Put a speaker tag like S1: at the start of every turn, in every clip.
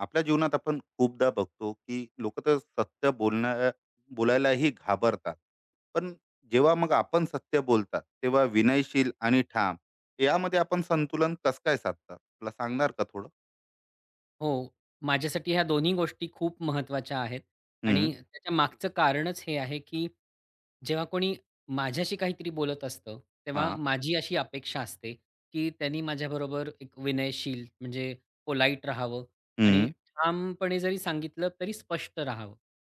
S1: आपल्या जीवनात आपण खूपदा बघतो की लोक तर सत्य बोलायलाही घाबरतात. पण जेव्हा मग आपण सत्य बोलतात तेव्हा विनयशील आणि ठाम यामध्ये आपण संतुलन कस काय साधतात मला सांगणार का थोडं?
S2: हो. माझ्यासाठी ह्या दोन्ही गोष्टी खूप महत्त्वाच्या आहेत
S1: हम्म.
S2: आणि त्याच्या मागचं कारणच हे आहे, की जेव्हा कोणी माझ्याशी काहीतरी बोलत असतं,
S1: हा.
S2: तेव्हा माझी अशी अपेक्षा असते, की त्यांनी माझ्याबरोबर एक विनयशील म्हणजे पोलाईट राहावं आणि
S1: हम्म.
S2: ठामपणे जरी सांगितलं तरी स्पष्ट राहावं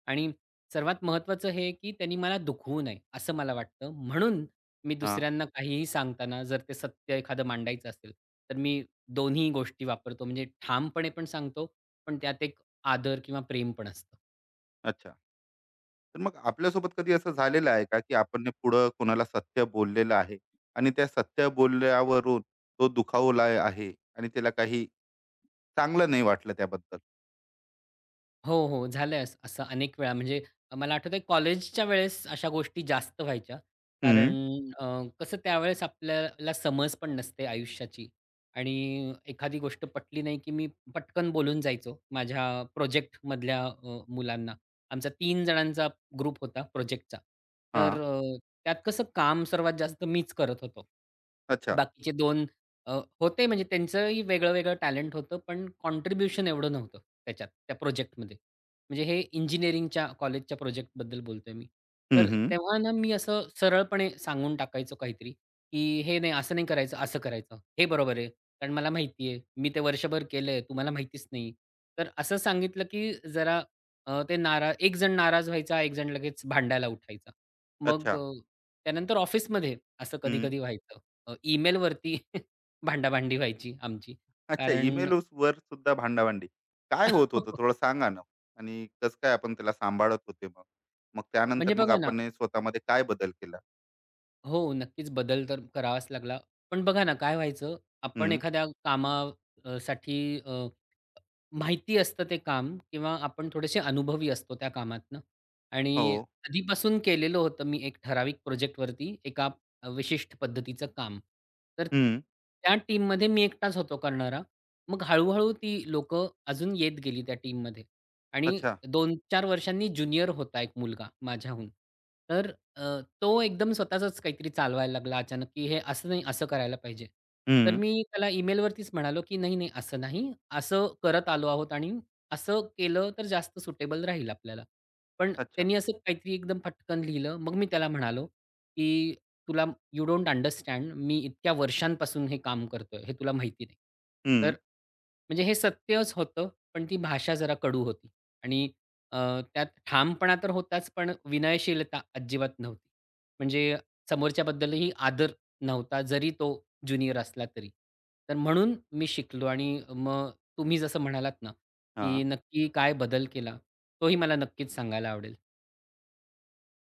S2: आणि सर्वात महत्त्वाचं हे, की त्यांनी मला दुखवू नये, असं मला वाटतं. म्हणून मी
S1: हा.
S2: दुसऱ्यांना काहीही सांगताना जर ते सत्य एखादं मांडायचं असेल, तर मी दोन्ही गोष्टी वापरतो. म्हणजे ठामपणे पण सांगतो, पण त्यात एक आदर किंवा प्रेम पण असतं.
S1: अच्छा. तर मग आपल्यासोबत कधी असं झालेलं आहे का की आपण ने पुढं कोणाला सत्य बोललेलं आहे आणि त्या सत्य बोलल्यावरून तो दुखावला आहे आणि त्याला काही चांगलं नाही वाटलं त्याबद्दल?
S2: हो, हो. झालंय असं असं अनेक वेळा. म्हणजे मला आठवतंय कॉलेजच्या वेळेस अशा गोष्टी जास्त व्हायच्या.
S1: हम्म.
S2: कारण हं. कसं त्यावेळेस आपल्याला समज पण नसते आयुष्याची आणि एखादी गोष्ट पटली नाही, की मी पटकन बोलून जायचो माझ्या प्रोजेक्टमधल्या मुलांना. आमचा 3 जणांचा ग्रुप होता प्रोजेक्टचा.
S1: हा.
S2: तर त्यात कसं काम सर्वात जास्त मीच करत होतो.
S1: अच्छा.
S2: बाकीचे 2 होते म्हणजे त्यांचंही वेगळं-वेगळं टॅलेंट होतं, पण कॉन्ट्रिब्युशन एवढं नव्हतं त्याच्यात, त्या प्रोजेक्टमध्ये. म्हणजे हे इंजिनिअरिंगच्या कॉलेजच्या प्रोजेक्टबद्दल बोलतोय मी.
S1: हं,
S2: तर
S1: हं.
S2: तेव्हा ना मी असं सरळपणे सांगून टाकायचो काहीतरी, की "हे नाही, असं नाही करायचं, असं करायचं. हे बरोबर आहे, कारण मला माहिती आहे. मी ते वर्षभर केलंय, तुम्हाला माहितीच नाही." तर असं सांगितलं की जरा ते एक जण नाराज व्हायचा, एक जण लगेच भांडायला उठायचा. मग
S1: अच्छा.
S2: त्यानंतर ऑफिसमध्ये असं
S1: हं.
S2: कधी-कधी व्हायचं. ईमेलवरती भांडाभांडी व्हायची आमची.
S1: अच्छा,
S2: कारण
S1: ईमेलवर सुद्धा भांडाभांडी. काय होत होतं थोडं सांगा ना? आणि कसं काय आपण त्याला सांभाळत होते मग? मग त्यानंतर
S2: म्हणजे
S1: मग
S2: बघा ना.
S1: आपण हे स्वतःमध्ये काय बदल केला?
S2: हो, नक्कीच बदल तर करावाच लागला. पण बघा ना काय व्हायचं, आपण
S1: हं.
S2: एखाद्या अ, माहिती असतं ते काम किंवा आपण थोडेसे अनुभवी असतो त्या कामातनं
S1: हो.
S2: आणि आधीपासून केलेलं होतं मी एक ठराविक प्रोजेक्टवरती एका विशिष्ट पद्धतीचं काम. तर
S1: हं.
S2: त्या टीममध्ये मी एकटाच होतो करणारा. मग हळू-हळू ती लोक अजून येत गेली त्या टीममध्ये आणि
S1: अच्छा.
S2: 2-4 वर्षांनी ज्युनियर होता एक मुलगा माझ्याहून. तर तो एकदम स्वतःचंच काहीतरी चालवायला लागला अचानक, की हे असं नाही, असं करायला पाहिजे. तर
S1: हं.
S2: मी त्याला ईमेलवरतीच म्हणालो, की "नाही, नाही, असं नाही. असं करत आलो आहोत आणि असं केलं तर जास्त सुटेबल राहील आपल्याला." पण
S1: अच्छा.
S2: त्यांनी असं काहीतरी एकदम फटकन लिहिलं. मग मी त्याला म्हणालो, की "तुला यू डोंट अंडरस्टँड. मी इतक्या वर्षांपासून हे काम करतोय. हे तुला माहिती नाही."
S1: हं.
S2: तर म्हणजे हे सत्यच होतं, पण ती भाषा जरा कडू होती आणि त्यात ठामपणा तर होताच, पण विनयशीलता अजिबात नव्हती. म्हणजे समोरच्याबद्दलही आदर नव्हता, जरी तो ज्युनियर असला तरी. तर म्हणून मी शिकलो आणि मग तुम्ही जसं म्हणालात ना, की
S1: हां.
S2: नक्की काय बदल केला, तोही मला नक्कीच सांगायला आवडेल.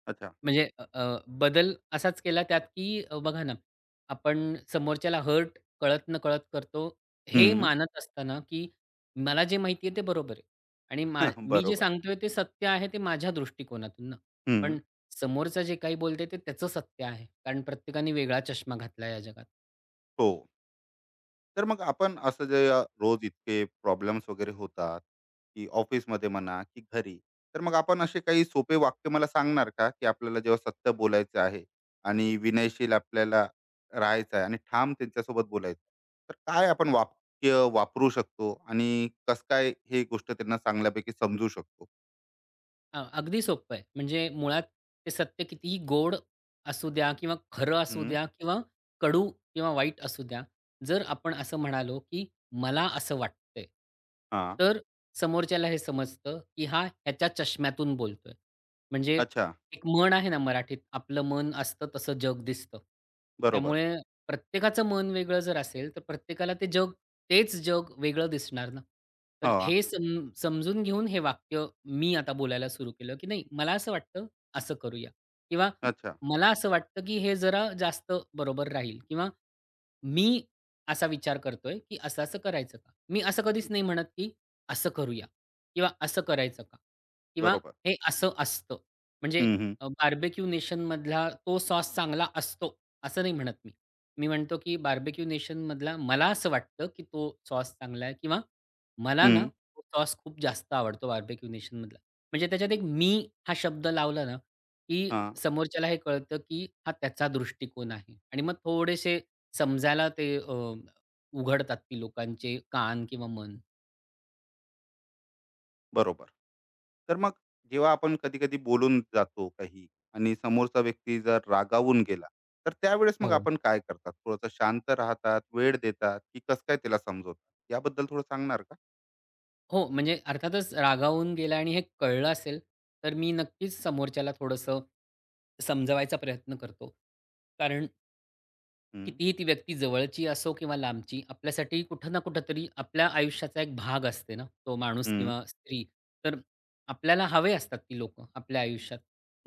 S1: अच्छा.
S2: म्हणजे अ, अ, बदल असाच केला त्यात, की बघा ना, आपण समोरच्याला हर्ट कळत-नकळत करतो, हे
S1: हं.
S2: मानत असताना, की मला जे माहिती आहे ते बरोबर आहे आणि मी जे
S1: बरोबर.
S2: सांगतोय ते सत्य आहे ते माझ्या दृष्टिकोनातून ना.
S1: हं.
S2: पण समोरचा जे काही बोलतोय ते त्याचं सत्य आहे. कारण प्रत्येकाने वेगळा चष्मा घातला या जगात.
S1: हो. तर मग आपण असं जे रोज इतके प्रॉब्लेम्स वगैरे होतात की ऑफिसमध्ये म्हणा की घरी, तर मग आपण असे काही सोपे वाक्य मला सांगणार का की आपल्याला जेव्हा सत्य बोलायचं आहे आणि विनयशील आपल्याला राहायचं आहे आणि ठाम त्यांच्यासोबत बोलायचं, तर काय आपण वाक्य वापरू शकतो आणि कस काय हे गोष्ट त्यांना चांगल्यापैकी समजू शकतो?
S2: अगदी सोपं आहे. म्हणजे मुळात ते सत्य कितीही गोड असू द्या किंवा खरं असू
S1: हम्म.
S2: द्या किंवा कडू किंवा वाईट असू द्या. जर आपण असं म्हणालो, की "मला असं वाटतंय."
S1: हा.
S2: तर समोरच्याला हे समजतं, की हा ह्याच्या चष्म्यातून बोलतोय. म्हणजे
S1: अच्छा.
S2: एक म्हण आहे ना मराठीत, "आपलं मन असतं तसं जग दिसतं."
S1: बरोबर.
S2: त्यामुळे प्रत्येकाचं मन वेगळं जर असेल, तर प्रत्येकाला ते जग तेच जग वेगळं दिसणार ना. तर
S1: हा.
S2: हे समजून घेऊन हे वाक्य मी आता बोलायला सुरू केलं, की नाही मला असं वाटतं, असं करूया किंवा
S1: अच्छा.
S2: मला असं वाटतं, की हे जरा जास्त बरोबर राहील किंवा मी असा विचार करतोय, की असं-असं करायचं का? मी असं कधीच नाही म्हणत, की असं करूया किंवा असं करायचं का? किंवा
S1: बरोबर.
S2: हे असं असतं. म्हणजे
S1: हम्म, हम्म.
S2: बार्बेक्यू नेशनमधला तो सॉस चांगला असतो, असं नाही म्हणत मी. मी म्हणतो, की बार्बेक्यू नेशनमधला मला असं वाटतं, की तो सॉस चांगला आहे किंवा मला ना
S1: हम्म.
S2: तो सॉस खूप जास्त आवडतो बार्बेक्यू नेशनमधला. म्हणजे त्याच्यात एक "मी" हा शब्द लावला ना, की
S1: हा.
S2: समोरच्याला हे कळतं, की हा त्याचा दृष्टिकोन आहे आणि मग थोडेसे समजायला ते उघडतात ती लोकांचे कान किंवा मन.
S1: बरोबर. तर मग जेव्हा आपण कधी-कधी बोलून जातो काही आणि समोरचा व्यक्ती जर रागावून गेला, तर त्यावेळेस मग
S2: हो.
S1: आपण काय करतात? थोडंसं शांत राहतात, वेळ देतात, की कसं काय त्याला समजवतात? याबद्दल थोडं सांगणार का?
S2: हो, म्हणजे अर्थातच रागावून गेला आणि हे कळलं असेल, तर मी नक्कीच समोरच्याला थोडंसं समजवायचा प्रयत्न करतो. कारण
S1: हं,
S2: कितीही ती व्यक्ती जवळची असो किंवा लांबची, आपल्यासाठी कुठं ना कुठेतरी आपल्या आयुष्याचा एक भाग असते ना, तो माणूस
S1: हं.
S2: किंवा स्त्री. तर आपल्याला हवे असतात ती लोकं आपल्या आयुष्यात.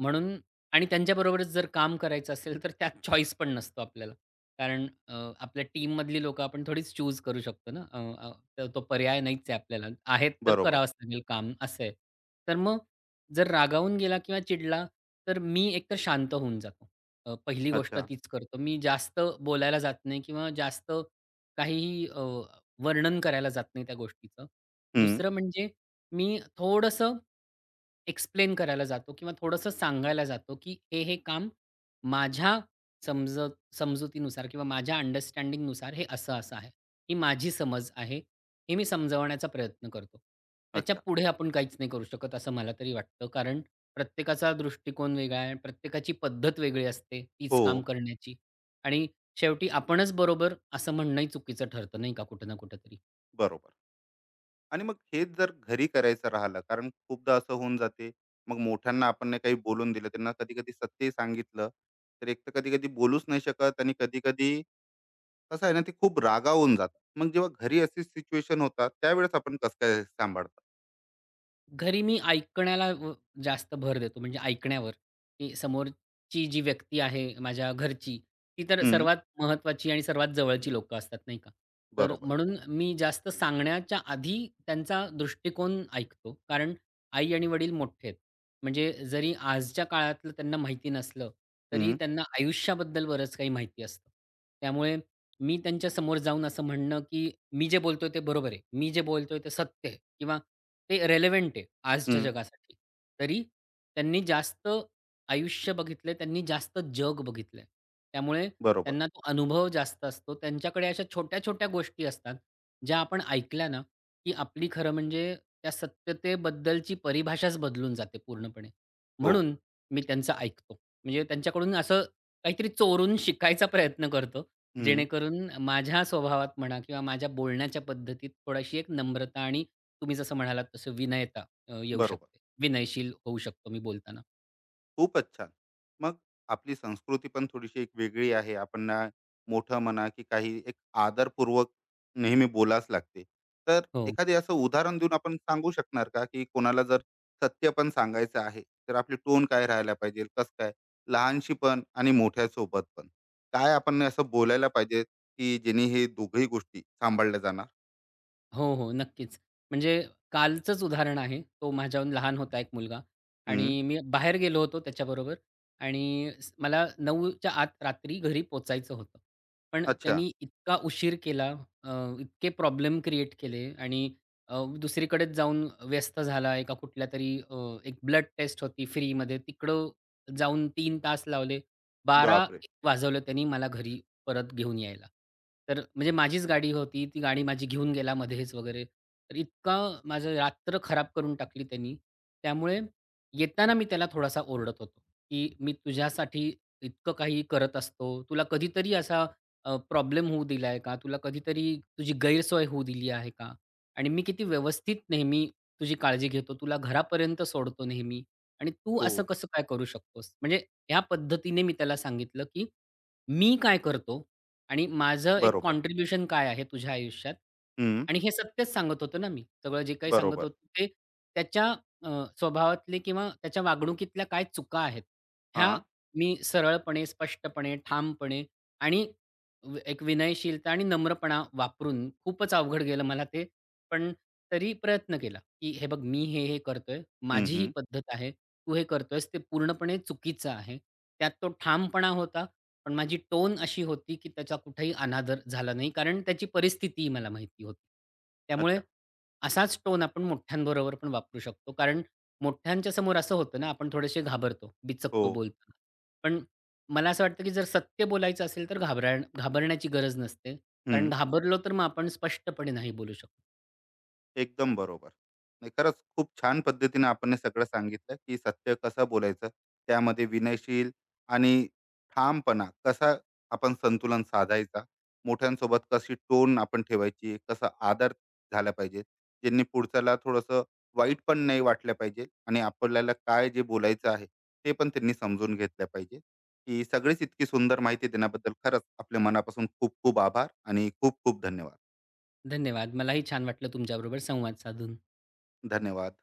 S2: म्हणून आणि त्यांच्याबरोबरच जर काम करायचं असेल, तर त्यात चॉईस पण नसतो आपल्याला. कारण आपल्या टीममधली लोकं आपण थोडीच चूज करू शकतो ना. अ, अ, तर तो पर्याय नाहीच आहे आपल्याला. आहेत तर
S1: बरोबर.
S2: करावंच लागेल काम असं आहे. तर मग जर रागावून गेला किंवा चिडला, तर मी एकतर शांत होऊन जातो. पहिली गोष्ट
S1: अच्छा.
S2: तीच करतो. मी जास्त बोलायला जात नाही किंवा जास्त काहीही वर्णन करायला जात नाही त्या गोष्टीचं.
S1: हं.
S2: दुसरं म्हणजे मी थोडंसं एक्सप्लेन करायला जातो किंवा थोडंसं सांगायला जातो, की हे काम माझ्या समजत समजुतीनुसार किंवा माझ्या अंडरस्टँडिंगनुसार हे असं-असं आहे. ही माझी समज आहे. हे मी समजवण्याचा प्रयत्न करतो. त्याच्या
S1: अच्छा.
S2: पुढे आपण काहीच नाही करू शकत असं मला तरी वाटतं. कारण प्रत्येकाचा दृष्टिकोन वेगळा आहे, प्रत्येकाची पद्धत वेगळी असते तीच
S1: हो.
S2: काम करण्याची आणि शेवटी आपणच बरोबर असं म्हणणंही चुकीचं ठरतं नाही का कुठं ना कुठेतरी.
S1: बरोबर. आणि मग हेच जर घरी करायचं राहिलं, कारण खूपदा असं होऊन जाते, मग मोठ्यांना आपण नाही काही बोलून दिलं, त्यांना कधी-कधी सत्यही सांगितलं, तर एक तर कधी-कधी बोलूच नाही शकत आणि कधी-कधी कसं आहे ना, ते खूप रागावून जातात. मग जेव्हा घरी अशी सिच्युएशन होतात त्यावेळेस आपण कसं काय सांभाळतात?
S2: घरी मी ऐकण्याला जास्त भर देतो, म्हणजे ऐकण्यावर, की समोरची जी व्यक्ती आहे माझ्या घरची, ती तर
S1: हं,
S2: सर्वात महत्वाची आणि सर्वात जवळची लोकं असतात, नाही का? तर
S1: बरोबर.
S2: म्हणून मी जास्त सांगण्याच्या आधी त्यांचा दृष्टिकोन ऐकतो. कारण आई आणि वडील मोठे आहेत. म्हणजे जरी आजच्या काळातलं त्यांना माहिती नसलं, तरी
S1: हं,
S2: त्यांना आयुष्याबद्दल बरंच काही माहिती असतं. त्यामुळे मी त्यांच्यासमोर जाऊन असं म्हणणं, की "मी जे बोलतोय ते बरोबर आहे. मी जे बोलतोय ते सत्य आहे किंवा ते रेलेव्हंट आहे आजच्या
S1: हं,
S2: जगासाठी." तरी त्यांनी जास्त आयुष्य बघितलंय, त्यांनी जास्त जग बघितलंय. त्यामुळे
S1: बरोबर.
S2: त्यांना तो अनुभव जास्त असतो. त्यांच्याकडे अशा छोट्या-छोट्या गोष्टी असतात, ज्या आपण ऐकल्या ना, की आपली खरं म्हणजे त्या सत्यतेबद्दलची परिभाषाच बदलून जाते पूर्णपणे.
S1: हो.
S2: म्हणून मी त्यांचं ऐकतो. म्हणजे त्यांच्याकडून असं काहीतरी चोरून शिकायचा प्रयत्न करतो,
S1: हं,
S2: जेणेकरून माझ्या स्वभावात म्हणा किंवा माझ्या बोलण्याच्या पद्धतीत थोडीशी एक नम्रता आणि तुम्ही जसं म्हणालात तसं विनयता येऊ
S1: बरोबर.
S2: शकते. विनयशील होऊ शकतो मी बोलताना.
S1: खूपच छान. मग आपली संस्कृती पण थोडीशी एक वेगळी आहे. आपणना मोठं म्हणा, की काही एक आदरपूर्वक नेहमी बोलावंच लागते. तर
S2: हो.
S1: एखादे असं उदाहरण देऊन आपण सांगू शकणार का, की कोणाला जर सत्य पण सांगायचं आहे, तर आपली टोन काय राहायला पाहिजे? कसं काय? लहानशी पण आणि मोठ्यासोबत पण. काय आपण असं बोलायला पाहिजे, की जेणे हे दोघंही गोष्टी सांभाळल्या जाणार?
S2: हो, हो. नक्कीच. म्हणजे कालचंच उदाहरण आहे. तो माझ्याहून लहान होता एक मुलगा आणि
S1: हं.
S2: मी बाहेर गेलो होतो त्याच्याबरोबर आणि मला 9च्या आत रात्री घरी पोहोचायचं होतं. पण
S1: अच्छा.
S2: त्यांनी इतका उशीर केला, अ, इतके प्रॉब्लेम क्रिएट केले आणि दुसरीकडेच जाऊन व्यस्त झाला. एका कुठल्यातरी एक ब्लड टेस्ट होती फ्रीमध्ये तिकडं जाऊन 3 तास लावले. 12
S1: बापरे!
S2: वाजवलं त्यांनी मला घरी परत घेऊन यायला. तर म्हणजे माझीच गाडी होती. ती गाडी माझी घेऊन गेला मध्येच वगैरे. तर इतका माझं रात्र खराब करून टाकली त्यांनी. त्यामुळे येताना मी त्याला थोडासा ओरडत होतो, की "मी तुझ्यासाठी इतकं काही करत असतो. तुला कधीतरी असा प्रॉब्लेम होऊ दिला आहे का? तुला कधीतरी तुझी गैरसोय होऊ दिली आहे का? आणि मी किती व्यवस्थित नेहमी तुझी काळजी घेतो. तुला घरापर्यंत सोडतो नेहमी आणि तू
S1: हो.
S2: असं कसं काय करू शकतोस?" म्हणजे ह्या पद्धतीने मी त्याला सांगितलं, की मी काय करतो आणि माझं एक
S1: बरोबर.
S2: कॉन्ट्रिब्युशन काय आहे तुझ्या आयुष्यात?
S1: हं.
S2: आणि हे सत्यच सांगत होतो ना मी. सगळं जे काही सांगत
S1: बरोबर.
S2: होतो ते त्याच्या अ, स्वभावातले किंवा त्याच्या वागणुकीतल्या काय चुका आहेत, ह्या
S1: हां.
S2: मी सरळपणे, स्पष्टपणे, ठामपणे आणि एक विनयशीलता आणि नम्रपणा वापरून खूपच अवघड गेलं मला ते. पण तरी प्रयत्न केला, की "हे बघ मी हे करतोय.
S1: हं,
S2: माझी ही
S1: हं.
S2: पद्धत आहे. तू हे करतोयस ते पूर्णपणे चुकीचं आहे." त्यात तो ठामपणा होता पण माझी टोन अशी होती, की त्याचा कुठेही अनादर झाला नाही. कारण त्याची परिस्थितीही मला माहिती होती. त्यामुळे
S1: अच्छा.
S2: असाच टोन आपण मोठ्यांबरोबर पण वापरू शकतो. कारण मोठ्यांच्या समोर असं होतं ना, आपण थोडेसे घाबरतो,
S1: हो.
S2: बिचकतो बोलताना. पण मला असं वाटतं, की जर सत्य बोलायचं असेल, तर घाबरण्याची गरज नसते. कारण
S1: हं,
S2: घाबरलो तर मग आपण स्पष्टपणे नाही बोलू शकत.
S1: एकदम बरोबर. नाही, खरंच खूप छान पद्धतीने आपण हे सगळं सांगितलं, की सत्य कसं बोलायचं, त्यामध्ये विनयशील आणि ठामपणा कसा आपण संतुलन साधायचा, मोठ्यांसोबत कशी टोन आपण ठेवायची, कसा आदर झाला पाहिजे, ज्यांनी पुढच्याला थोडंसं वाईट पण नाही वाटलं पाहिजे आणि आपल्याला काय जे बोलायचं आहे, ते पण त्यांनी समजून घेतलं पाहिजे. ही सगळीच इतकी सुंदर माहिती देण्याबद्दल खरंच आपल्या मनापासून खूप खूप आभार आणि खूप खूप धन्यवाद.
S2: धन्यवाद. मलाही छान वाटलं तुमच्याबरोबर संवाद साधून.
S1: धन्यवाद.